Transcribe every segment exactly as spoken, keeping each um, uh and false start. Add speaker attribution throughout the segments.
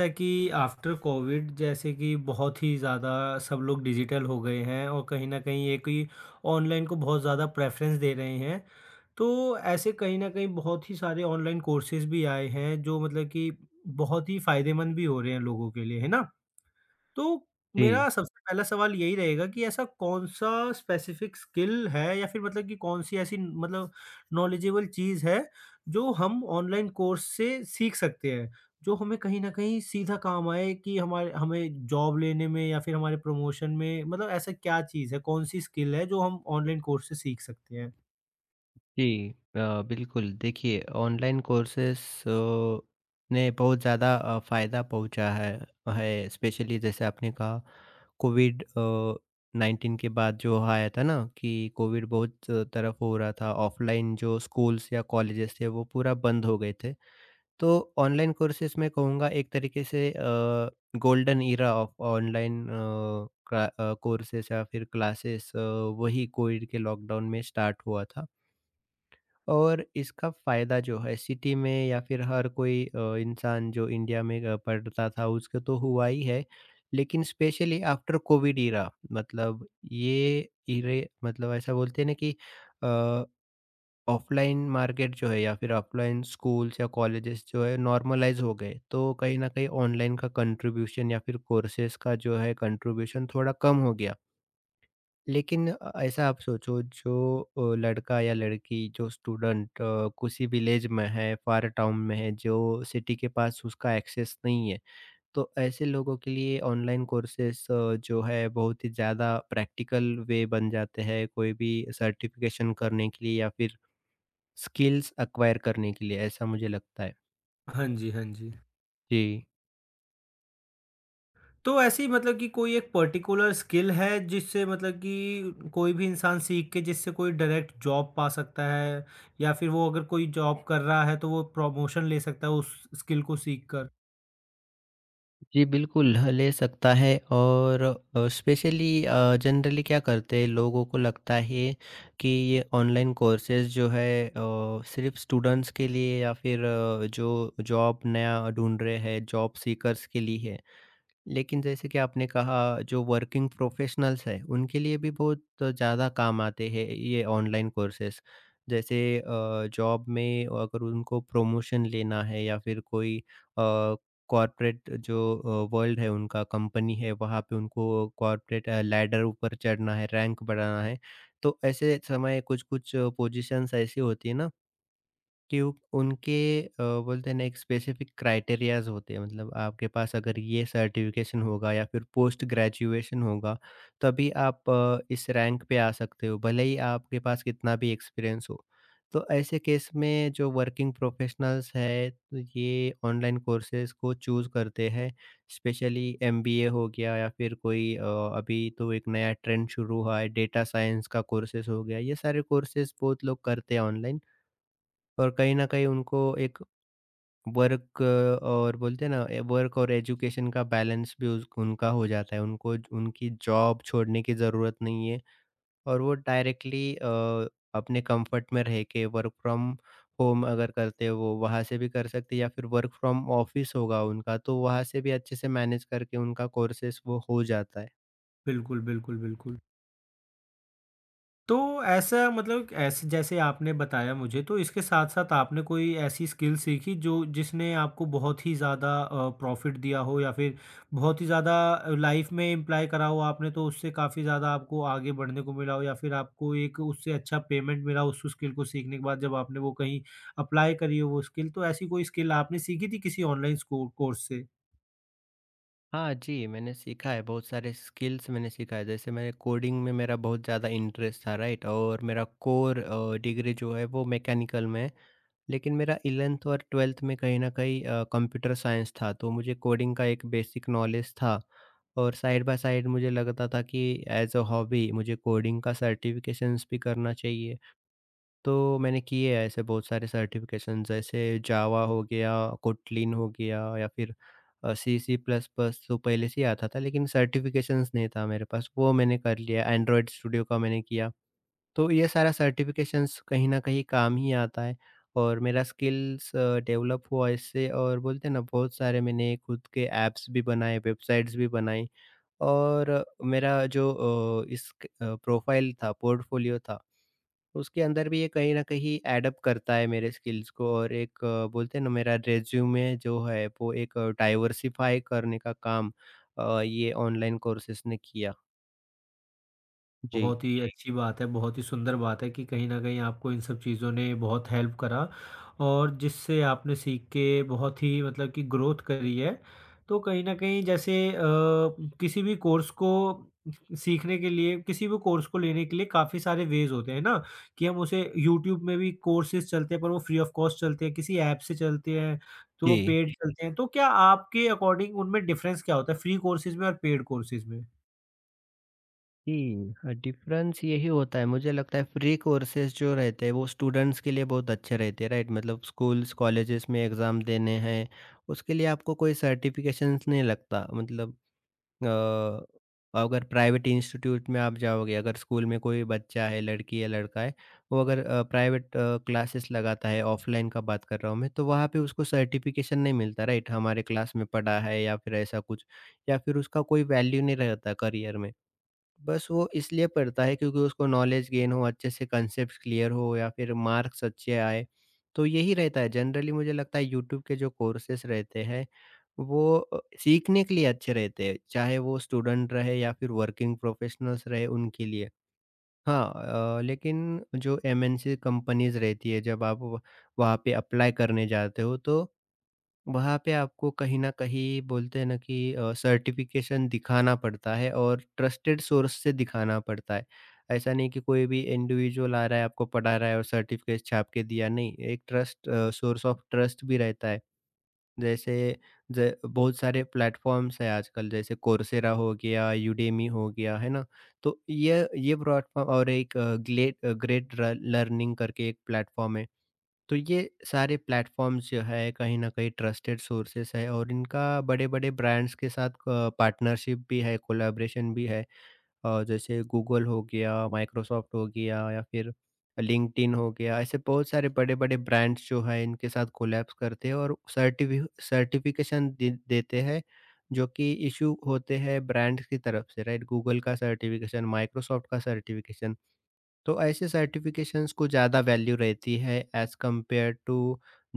Speaker 1: है कि after Covid जैसे कि बहुत ही ज़्यादा सब लोग डिजिटल हो गए हैं, और कहीं न कहीं एक ही ऑनलाइन को बहुत ज़्यादा प्रेफ़रेंस दे रहे हैं। तो ऐसे कहीं न कहीं बहुत ही सारे ऑनलाइन कोर्सेज़ भी आए हैं, जो मतलब कि बहुत ही फ़ायदेमंद भी हो रहे हैं लोगों के लिए, है ना? तो
Speaker 2: जी,
Speaker 1: मेरा सबसे पहला सवाल यही रहेगा कि ऐसा कौन-सा स्पेसिफिक स्किल है, या फिर मतलब कि कौन-सी ऐसी मतलब नॉलेजेबल चीज़ है, जो हम ऑनलाइन कोर्स से सीख सकते हैं, जो हमें कहीं न कहीं सीधा काम आए, कि हमारे हमें जॉब लेने में या फिर हमारे प्रमोशन में? मतलब ऐसा क्या चीज़ है, कौन-सी स्किल है जो हम ऑनलाइन कोर्स से सीख सकते हैं?
Speaker 2: जी। अ, बिल्कुल देखिए, ऑनलाइन कोर्सेस अ, ने बहुत ज़्यादा अ, फ़ायदा पहुँचा है। है स्पेशली जैसे आपने कहा, कोविड अ, नाइनटीन के बाद जो आया था ना, कि कोविड बहुत तरफ हो रहा था, ऑफ़लाइन जो स्कूल्स या कॉलेजेस थे वो पूरा बंद हो गए थे। तो ऑनलाइन कोर्सेस मैं कहूँगा एक तरीके से uh, golden era of online uh, क्ला अ, कोर्सेस या फिर क्लासेस, अ, वही कोविड के लॉकडाउन में स्टार्ट हुआ था। और इसका फ़ायदा जो है सिटी में या फिर हर कोई अ, इंसान जो इंडिया में अ, पढ़ता था, उसको तो हुआ ही है। लेकिन स्पेशली आफ्टर कोविड इरा, मतलब ये इरे मतलब ऐसा बोलते हैं ना कि अ, ऑफ़लाइन मार्केट जो है या फिर ऑफ़लाइन स्कूल्स या कॉलेजेस जो है नॉर्मलाइज़ हो गए। तो कहीं न कहीं ऑनलाइन का कंट्रीब्यूशन या फिर कोर्सेज़ का जो है कंट्रीब्यूशन थोड़ा कम हो गया। लेकिन अ, ऐसा आप सोचो, जो अ, लड़का या लड़की जो स्टूडेंट अ, किसी विलेज में है, फार टाउन में है, जो सिटी के पास उसका एक्सेस नहीं है, तो ऐसे लोगों के लिए ऑनलाइन कोर्सेस अ, जो है, बहुत ही ज़्यादा प्रैक्टिकल वे बन जाते हैं, कोई भी सर्टिफिकेशन करने के लिए या फिर स्किल्स एक्वायर करने के लिए, ऐसा मुझे लगता है।
Speaker 1: हाँ जी, हाँ जी।
Speaker 2: जी।
Speaker 1: तो ऐसी मतलब कि कोई एक पर्टिकुलर स्किल है, जिससे मतलब कि कोई भी इंसान सीख के, जिससे कोई डायरेक्ट जॉब पा सकता है, या फिर वो अगर कोई जॉब कर रहा है तो वो प्रमोशन ले सकता है उस स्किल को सीख कर।
Speaker 2: जी बिल्कुल, ह- ले सकता है। और अ, स्पेशली अ, जनरली क्या करते हैं, लोगों को लगता है कि ये ऑनलाइन कोर्सेज़ जो है अ, सिर्फ़ स्टूडेंट्स के लिए या फिर अ, जो जॉब नया ढूँढ रहे हैं, जॉब सीकर्स के लिए है। लेकिन जैसे कि आपने कहा, जो वर्किंग प्रोफेशनल्स हैं, उनके लिए भी बहुत ज़्यादा काम आते हैं ये ऑनलाइन कोर्सेस। जैसे जॉब में अगर उनको प्रमोशन लेना है, या फिर कोई कॉरपोरेट जो वर्ल्ड है उनका, कंपनी है, वहाँ पे उनको कॉरपोरेट लैडर ऊपर चढ़ना है, रैंक बढ़ाना है, तो ऐसे समय कुछ कुछ पोजीशंस ऐसी होती है ना, क्यों उनके अ, बोलते हैं ना, एक स्पेसिफिक क्राइटेरियाज होते हैं, मतलब आपके पास अगर ये सर्टिफिकेशन होगा या फिर पोस्ट ग्रेजुएशन होगा, तभी आप अ, इस रैंक पे आ सकते हो, भले ही आपके पास कितना भी एक्सपीरियंस हो। तो ऐसे केस में जो वर्किंग प्रोफेशनल्स है, तो ये ऑनलाइन कोर्सेज को चूज करते हैं। स्पेशली एमबीए हो गया, या फिर कोई अ, अभी तो एक नया ट्रेंड शुरू हुआ है, डेटा साइंस का कोर्सेज हो गया, ये सारे कोर्सेज बहुत लोग करते हैं ऑनलाइन। और कहीं न कहीं उनको एक वर्क और, बोलते हैं ना, ए, वर्क और एजुकेशन का बैलेंस भी उस उनका हो जाता है। उनको उनकी जॉब छोड़ने की ज़रूरत नहीं है, और वो डायरेक्टली अ, अपने कंफर्ट में रह के, वर्क फ्रॉम होम अगर करते हैं, वो वहाँ से भी कर सकते हैं, या फिर वर्क फ्रॉम ऑफिस होगा उनका, तो वहाँ से भी अच्छे से मैनेज करके उनका कोर्सेज़ वो हो जाता है।
Speaker 1: बिल्कुल, बिल्कुल, बिल्कुल। तो ऐसा मतलब ऐसे जैसे आपने बताया मुझे, तो इसके साथ-साथ आपने कोई ऐसी स्किल सीखी जो जिसने आपको बहुत ही ज़्यादा अ, प्रॉफ़िट दिया हो, या फिर बहुत ही ज़्यादा लाइफ़ में इम्प्लॉय करा हो आपने, तो उससे काफ़ी ज़्यादा आपको आगे बढ़ने को मिला हो, या फिर आपको एक उससे अच्छा पेमेंट मिला हो उस स्किल को सीखने के बाद, जब आपने वो कहीं अप्लाई करी हो वो स्किल, तो ऐसी कोई स्किल आपने सीखी थी किसी ऑनलाइन स्को कोर्स से?
Speaker 2: हाँ जी, मैंने सीखा है, बहुत सारे स्किल्स मैंने सीखा है। जैसे मैंने कोडिंग में मेरा बहुत ज़्यादा इंटरेस्ट था, राइट? और मेरा कोर अ, डिग्री जो है, वो मैकेनिकल में है। लेकिन मेरा ग्यारहवीं और बारहवीं में कहीं न कहीं अ, कंप्यूटर साइंस था, तो मुझे कोडिंग का एक बेसिक नॉलेज था। और साइड बाय साइड मुझे लगता था कि एज़ अ हॉबी मुझे कोडिंग का सर्टिफिकेशंस भी करना चाहिए। तो मैंने किए हैं ऐसे बहुत सारे सर्टिफ़िकेशन। जैसे जावा हो गया, कोटलिन हो गया, या फिर अ, सी, सी प्लस प्लस तो पहले से ही आता था, लेकिन सर्टिफ़िकेशंस नहीं था मेरे पास, वो मैंने कर लिया, एंड्रॉयड स्टूडियो का मैंने किया। तो ये सारा सर्टिफ़िकेशंस कहीं न कहीं काम ही आता है, और मेरा स्किल्स अ, डेवलप हुआ इससे, और बोलते हैं ना, बहुत सारे मैंने खुद के ऐप्स भी बनाए, वेबसाइट्स भी बनाई, और मेरा जो अ, इस क अ, प्रोफ़ाइल था, पोर्टफ़ोलियो था, उसके अंदर भी ये कहीं न कहीं एडप करता है मेरे स्किल्स को, और एक अ, बोलते हैं ना, मेरा रिज़्यूमे जो है, वो एक डाइवर्सिफ़ाई करने का काम अ, ये ऑनलाइन कोर्सेज़ ने किया। जी।
Speaker 1: बहुत ही अच्छी बात है, बहुत ही सुंदर बात है, कि कहीं न कहीं आपको इन सब चीज़ों ने बहुत हेल्प करा, और जिससे आपने सीख के बहुत ही मतलब कि ग्रोथ करी है। तो कहीं न कहीं जैसे अ, किसी भी कोर्स को सीखने के लिए, किसी भी कोर्स को लेने के लिए काफ़ी सारे वेज़ होते हैं ना, कि हम उसे यूट्यूब में भी कोर्सेज़ चलते हैं, पर वो फ्री ऑफ कॉस्ट चलते हैं, किसी ऐप से चलते हैं, तो वो
Speaker 2: जी।
Speaker 1: पेड चलते हैं। तो क्या आपके अकॉर्डिंग उनमें डिफ़रेंस क्या होता है, फ्री कोर्सेज़ में और पेड कोर्सेज़ में?
Speaker 2: जी, हाँ, डिफ़रेंस यही होता है, मुझे लगता है फ्री कोर्सेज़ जो रहते हैं, वो स्टूडेंट्स के लिए बहुत अच्छे रहते हैं, राइट? मतलब स्कूल्स, कॉलेजेस में एग्ज़ाम देने हैं, उसके लिए आपको कोई सर्टिफ़िकेशंस नहीं लगता। मतलब अ, अगर प्राइवेट इंस्टीट्यूट में आप जाओगे, अगर स्कूल में कोई बच्चा है, लड़की या लड़का है, वो अगर अ, प्राइवेट अ, क्लासेस लगाता है, ऑफ़लाइन का बात कर रहा हूँ मैं, तो वहाँ पे उसको सर्टिफ़िकेशन नहीं मिलता, राइट? हमारे क्लास में पढ़ा है या फिर ऐसा कुछ, या फिर उसका कोई वैल्यू नहीं रहता करियर में। बस वो इसलिए पढ़ता है क्योंकि उसको नॉलेज गेन हो, अच्छे से कॉन्सेप्ट्स क्लियर हो, या फिर मार्क्स अच्छे आए। तो यही रहता है, जनरली मुझे लगता है यूट्यूब के जो कोर्सेज़ रहते हैं, वो अ, सीखने के लिए अच्छे रहते हैं, चाहे वो स्टूडेंट रहे या फिर वर्किंग प्रोफ़ेशनल्स रहे, उनके लिए। हाँ, अ, लेकिन जो एमएनसी कंपनीज़ रहती है, जब आप व वहाँ पे अप्लाई करने जाते हो, तो वहाँ पे आपको कहीं न कहीं बोलते हैं ना कि अ, सर्टिफ़िकेशन दिखाना पड़ता है, और ट्रस्टेड सोर्स से दिखाना पड़ता है। ऐसा नहीं कि कोई भी इंडिविजुअल आ रहा है, आपको पढ़ा रहा है और सर्टिफ़िकेट छाप के दिया, नहीं। एक trust, uh, source of trust भी रहता है। जैसे ज बहुत सारे प्लेटफ़ॉर्म्स हैं आजकल, जैसे कोर्सेरा हो गया, यूडेमी हो गया, है ना? तो ये ये प्लेटफ़ॉर्म, और एक ग्लेट ग्रेट र लर्निंग करके एक प्लेटफ़ॉर्म है। तो ये सारे प्लेटफॉर्म्स जो है, कहीं न कहीं ट्रस्टेड सोर्सेस है, और इनका बड़े-बड़े ब्रांड्स के साथ अ, पार्टनरशिप भी है, कोलैबोरेशन भी है। अ, जैसे गूगल हो गया, माइक्रोसॉफ्ट हो गया, या फिर लिंक्डइन हो गया, ऐसे बहुत सारे बड़े-बड़े ब्रांड्स जो है, इनके साथ कोलैब्स करते हैं और सर्टिफि सर्टिफिकेशन दे देते हैं, जो कि इश्यू होते हैं ब्रांड्स की तरफ से, राइट? गूगल का सर्टिफिकेशन, माइक्रोसॉफ्ट का सर्टिफिकेशन। तो ऐसे सर्टिफिकेशंस को ज़्यादा वैल्यू रहती है, एज़ कंपेयर टू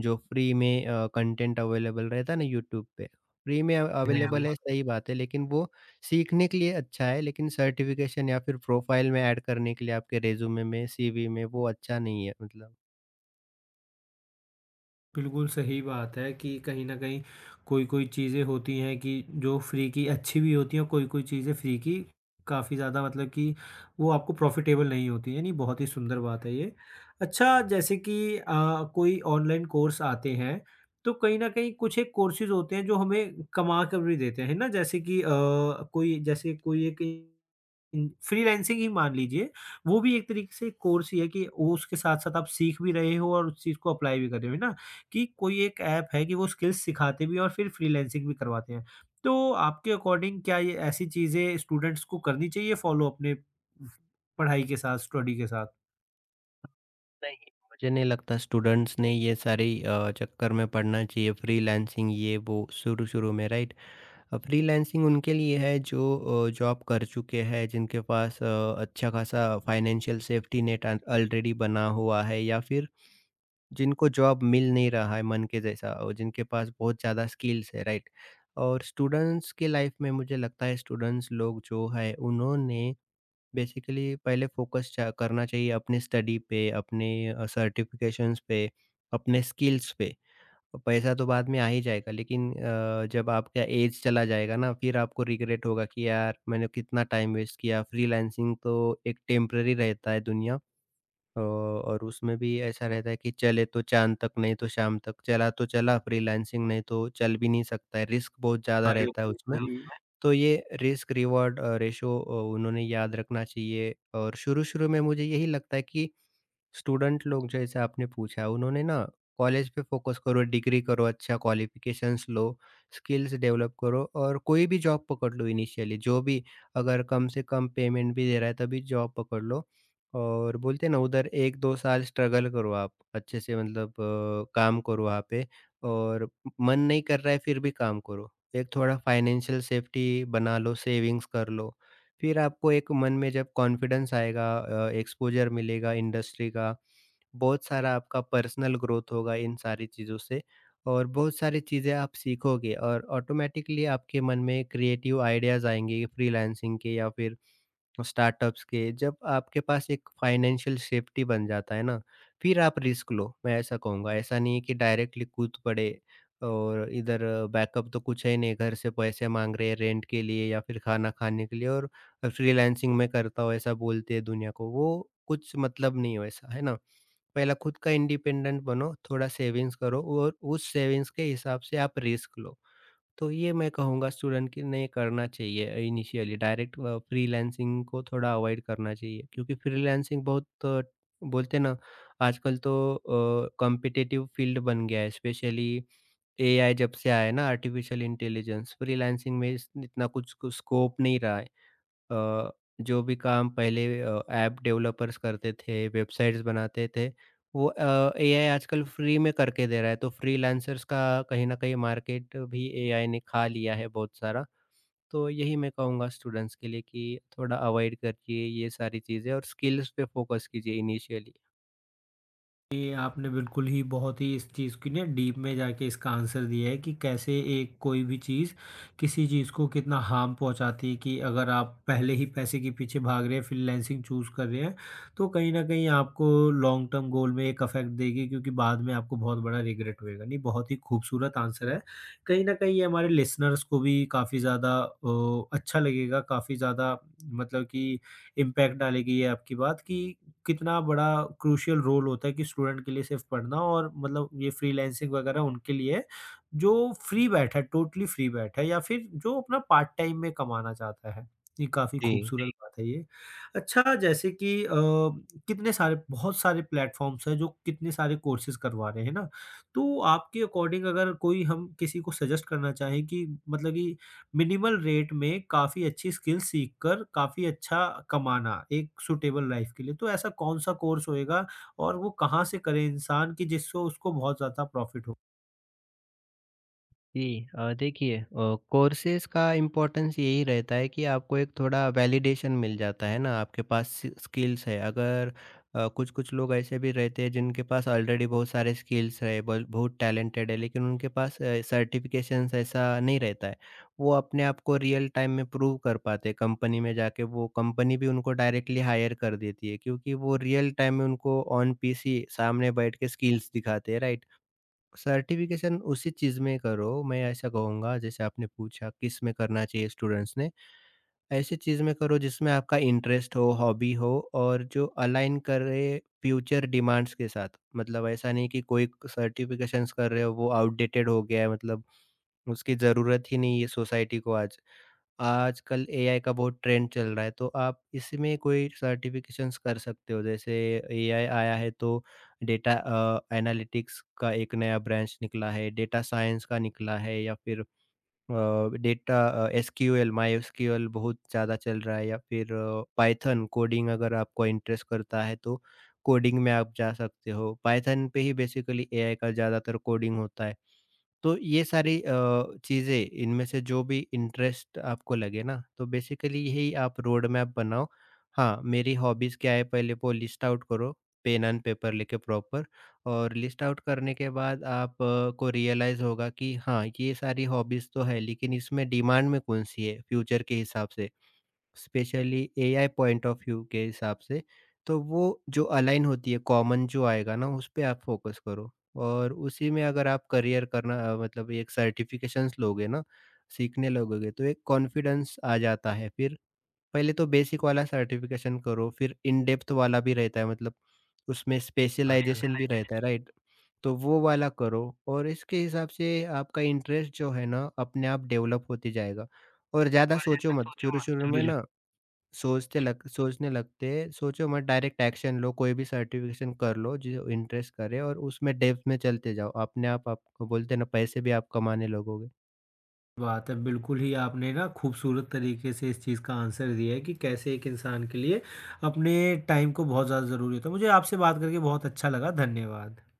Speaker 2: जो फ्री में अ, कंटेंट अवेलेबल रहता है ना यूट्यूब पे। फ्री में अ,
Speaker 1: हाँ जी।
Speaker 2: अवेलेबल है, सही बात है, लेकिन वो सीखने के लिए अच्छा है, लेकिन सर्टिफिकेशन या फिर प्रोफाइल में ऐड करने के लिए, आपके रिज्यूमे में, सीवी में, वो अच्छा नहीं है मतलब।
Speaker 1: बिल्कुल सही बात है, कि कहीं न कहीं कोई-कोई चीज़ें होती हैं, कि जो फ्री की अच्छी भी होती हैं, और कोई-कोई चीज़ें फ्री की काफ़ी ज़्यादा मतलब कि वो आपको प्रॉफ़िटेबल नहीं होती हैं। नहीं, बहुत ही सुंदर बात है ये। अच्छा, जैसे कि अ, कोई ऑनलाइन कोर्स आते हैं, तो कहीं न कहीं कुछ एक कोर्सेज़ होते हैं जो हमें कमा कर भी देते हैं, है ना? जैसे कि अ, कोई जैसे कोई एक हुँ, फ्रीलांसिंग ही मान लीजिए, वो भी एक तरीके से कोर्स ही है, कि वो उसके साथ-साथ आप सीख भी रहे हो और उस चीज़ को अप्लाई भी कर रहे हो, है ना? कि कोई एक ऐप है कि वो स्किल्स सिखाते भी हैं और फिर फ्रीलांसिंग भी करवाते हैं। तो आपके अकॉर्डिंग क्या ये ऐसी चीज़ें स्टूडेंट्स को करनी चाहिए फॉलो अपने पढ़ाई के साथ, स्टडी के साथ?
Speaker 2: नहीं, मुझे नहीं लगता स्टूडेंट्स ने ये सारी अ, चक्कर में पड़ना चाहिए, फ्रीलांसिंग ये वो शुरू-शुरू में, राइट? फ्रीलांसिंग उनके लिए है जो अ, जॉब कर चुके हैं, जिनके पास अ, अच्छा खासा फाइनेंशियल सेफ्टी नेट ऑलरेडी बना हुआ है, या फिर जिनको जॉब मिल नहीं रहा है मन के जैसा, और जिनके पास बहुत ज़्यादा स्किल्स है, राइट? और स्टूडेंट्स के लाइफ में मुझे लगता है स्टूडेंट्स लोग जो है, उन्होंने बेसिकली पहले फोकस करना चाहिए अपने स्टडी पे, अपने सर्टिफिकेशंस पे, अपने स्किल्स पे। तो पैसा तो बाद में आ ही जाएगा, लेकिन अ, जब आपका एज चला जाएगा ना, फिर आपको रिग्रेट होगा कि यार मैंने कितना टाइम वेस्ट किया। फ्रीलांसिंग तो एक टेम्परेरी रहता है दुनिया, अ, और उसमें भी ऐसा रहता है कि चले तो चाँद तक, नहीं तो शाम तक, चला तो चला फ्रीलांसिंग, नहीं तो चल भी नहीं सकता है, रिस्क बहुत
Speaker 1: हाँ,
Speaker 2: ज़्यादा
Speaker 1: ये
Speaker 2: रहता है उसमें।
Speaker 1: बिल्कुल।
Speaker 2: तो ये risk reward uh, ratio uh, उन्होंने याद रखना चाहिए, और शुरू-शुरू में मुझे यही लगता है कि स्टूडेंट लोग, जैसे आपने पूछा, उन्होंने ना कॉलेज पे फोकस करो, डिग्री करो, अच्छा क्वालिफिकेशंस लो, स्किल्स डेवलप करो, और कोई भी जॉब पकड़ लो इनिशियली, जो भी, अगर कम से कम पेमेंट भी दे रहा है तभी जॉब पकड़ लो। और बोलते हैं ना, उधर एक दो साल स्ट्रगल करो, आप अच्छे से, मतलब अ, काम करो वहाँ पे, और मन नहीं कर रहा है फिर भी काम करो, एक थोड़ा फाइनेंशियल सेफ्टी बना लो, सेविंग्स कर लो, फिर आपको एक मन में जब कॉन्फिडेंस आएगा, एक्सपोजर मिलेगा इंडस्ट्री का, बहुत सारा आपका पर्सनल ग्रोथ होगा इन सारी चीज़ों से, और बहुत सारी चीज़ें आप सीखोगे, और ऑटोमेटिकली आपके मन में क्रिएटिव आइडियाज़ आएंगे फ्रीलांसिंग के या फिर स्टार्टअप्स के, जब आपके पास एक फाइनेंशियल सेफ्टी बन जाता है ना, फिर आप रिस्क लो, मैं ऐसा कहूँगा। ऐसा नहीं है कि डायरेक्टली कूद पड़े, और इधर बैकअप तो कुछ है ही नहीं, घर से पैसे माँग रहे हैं रेंट के लिए या फिर खाना खाने के लिए, और फ्रीलांसिंग मैं करता हूँ, ऐसा बोलते हैं दुनिया को। वो कुछ मतलब नहीं है वैसा, है ना? पहला खुद का इंडिपेंडेंट बनो, थोड़ा सेविंग्स करो, और उस सेविंग्स के हिसाब से आप रिस्क लो। तो ये मैं कहूँगा स्टूडेंट कि नहीं करना चाहिए इनिशियली डायरेक्ट, अ, फ्रीलांसिंग को थोड़ा अवॉइड करना चाहिए, क्योंकि फ्रीलांसिंग बहुत, अ, बोलते हैं ना, आजकल तो कॉम्पिटिटिव फील्ड बन गया है, स्पेशली एआई जब से आया है ना, आर्टिफिशियल इंटेलिजेंस, फ्रीलांसिंग में इस- इतना कुछ स्कोप नहीं रहा है। अ, जो भी काम पहले अ, ऐप डेवलपर्स करते थे, वेबसाइट्स बनाते थे, वो अ, एआई आजकल फ्री में करके दे रहा है, तो फ्रीलांसर्स का कहीं न कहीं मार्केट भी एआई ने खा लिया है बहुत सारा। तो यही मैं कहूँगा स्टूडेंट्स के लिए कि थोड़ा अवॉइड करिए ये सारी चीज़ें, और स्किल्स पे फ़ोकस कीजिए इनिशियली।
Speaker 1: ये आपने बिल्कुल ही बहुत ही इस चीज़ की ना डीप में जाके इसका आंसर दिया है, कि कैसे एक कोई भी चीज़ किसी चीज़ को कितना हार्म पहुंचाती है, कि अगर आप पहले ही पैसे के पीछे भाग रहे हैं, फ्रीलांसिंग चूज़ कर रहे हैं, तो कहीं ना कहीं आपको लॉन्ग टर्म गोल में एक अफेक्ट देगी, क्योंकि बाद में आपको बहुत बड़ा रिग्रेट होएगा। नहीं, बहुत ही खूबसूरत आंसर है। कहीं ना कहीं ये हमारे लिसनर्स को भी काफ़ी ज़्यादा अच्छा लगेगा, काफ़ी ज़्यादा मतलब कि इम्पैक्ट डालेगी ये आपकी बात, कि कितना बड़ा क्रूशियल रोल होता है, कि स्टूडेंट के लिए सिर्फ पढ़ना, और मतलब ये फ्रीलांसिंग वगैरह उनके लिए है, जो फ्री बैठा है, टोटली फ्री बैठा है, या फिर जो अपना पार्ट टाइम में कमाना चाहता है। ये काफ़ी
Speaker 2: जी।
Speaker 1: खूबसूरत जी। बात है ये। अच्छा, जैसे कि अ, कितने सारे बहुत सारे प्लेटफ़ॉर्म्स हैं जो कितने सारे कोर्सेज़ करवा रहे हैं ना, तो आपके अकॉर्डिंग अगर कोई हम किसी को सजेस्ट करना चाहें, कि मतलब कि मिनिमल रेट में काफ़ी अच्छी स्किल सीख कर काफ़ी अच्छा कमाना एक सूटेबल लाइफ के लिए। तो ऐसा कौन-सा कोर्स होएगा और वो कहाँ से करे इंसान, कि जिससे उसको बहुत ज़्यादा प्रॉफ़िट हो?
Speaker 2: जी, अ, देखिए, कोर्सेज का इम्पोर्टेंस यही रहता है कि आपको एक थोड़ा वैलिडेशन मिल जाता है ना, आपके पास स्किल्स है अगर। अ, कुछ कुछ लोग ऐसे भी रहते हैं जिनके पास ऑलरेडी बहुत सारे स्किल्स है, बहुत बहुत टैलेंटेड है, लेकिन उनके पास सर्टिफिकेशंस ऐसा नहीं रहता है। वो अपने आप को रियल टाइम में प्रूव कर पाते कंपनी में जाके, वो कंपनी भी उनको डायरेक्टली हायर कर देती है, क्योंकि वो रियल टाइम में उनको ऑन पीसी सामने बैठ के स्किल्स दिखाते हैं, राइट? सर्टिफ़िकेशन उसी चीज़ में करो, मैं ऐसा कहूँगा, जैसे आपने पूछा किस में करना चाहिए स्टूडेंट्स ने, ऐसी चीज़ में करो जिसमें आपका इंटरेस्ट हो, हॉबी हो, और जो अलाइन करे फ्यूचर डिमांड्स के साथ। मतलब ऐसा नहीं कि कोई सर्टिफ़िकेशंस कर रहे हो, वो आउटडेटेड हो गया है, मतलब उसकी ज़रूरत ही नहीं है सोसाइटी को आज। आजकल एआई का बहुत ट्रेंड चल रहा है, तो आप इसमें कोई सर्टिफ़िकेशंस कर सकते हो, जैसे एआई आया है तो डेटा अ, एनालिटिक्स का एक नया ब्रांच निकला है, डेटा साइंस का निकला है, या फिर uh, data uh, SQL, MySQL बहुत ज़्यादा चल रहा है, या फिर पाइथन कोडिंग अगर आपको इंटरेस्ट करता है तो कोडिंग में आप जा सकते हो। पाइथन पे ही बेसिकली एआई का ज़्यादातर कोडिंग होता है। तो ये सारी अ, चीज़ें इनमें से जो भी इंटरेस्ट आपको लगे ना, तो बेसिकली यही आप रोड मैप बनाओ। हाँ, मेरी हॉबीज़ क्या है पहले वो लिस्ट आउट करो, पेन एंड पेपर लेके प्रॉपर, और लिस्ट आउट करने के बाद आप, अ, को रियलाइज़ होगा कि हाँ, ये सारी हॉबीज़ तो है, लेकिन इसमें डिमांड में कौन-सी है फ्यूचर के हिसाब से। Specially AI point of view के हिसाब से, तो वो जो अलाइन होती है, कॉमन जो आएगा ना उस पे आप फ़ोकस करो। और उसी में अगर आप करियर करना, अ, मतलब एक सर्टिफ़िकेशंस लोगे ना, सीखने लगोगे, तो एक कॉन्फिडेंस आ जाता है। फिर पहले तो बेसिक वाला सर्टिफ़िकेशन करो, फिर इन डेप्थ वाला भी रहता है, मतलब उसमें
Speaker 1: बात
Speaker 2: स्पेशलाइज़ेशन भी रहता है, राइट? तो वो वाला करो, और इसके हिसाब से आपका इंटरेस्ट जो है ना, अपने आप डेवलप होते जाएगा। और ज़्यादा सोचो मत, शुरू-शुरू
Speaker 1: है।
Speaker 2: में
Speaker 1: बिल
Speaker 2: ना सोचते लग सोचने लगते हैं, सोचो मत, डायरेक्ट एक्शन लो, कोई भी सर्टिफिकेशन कर लो जो इंटरेस्ट करे, और उसमें डेप्थ में चलते जाओ, अपने आप आपको बोलते हैं ना पैसे भी आप कमाने लगोगे।
Speaker 1: बात है, बिल्कुल ही आपने ना खूबसूरत तरीके से इस चीज़ का आंसर दिया है, कि कैसे एक इंसान के लिए अपने टाइम को बहुत ज़्यादा ज़रूरी होता है। मुझे आपसे बात करके बहुत अच्छा लगा। धन्यवाद।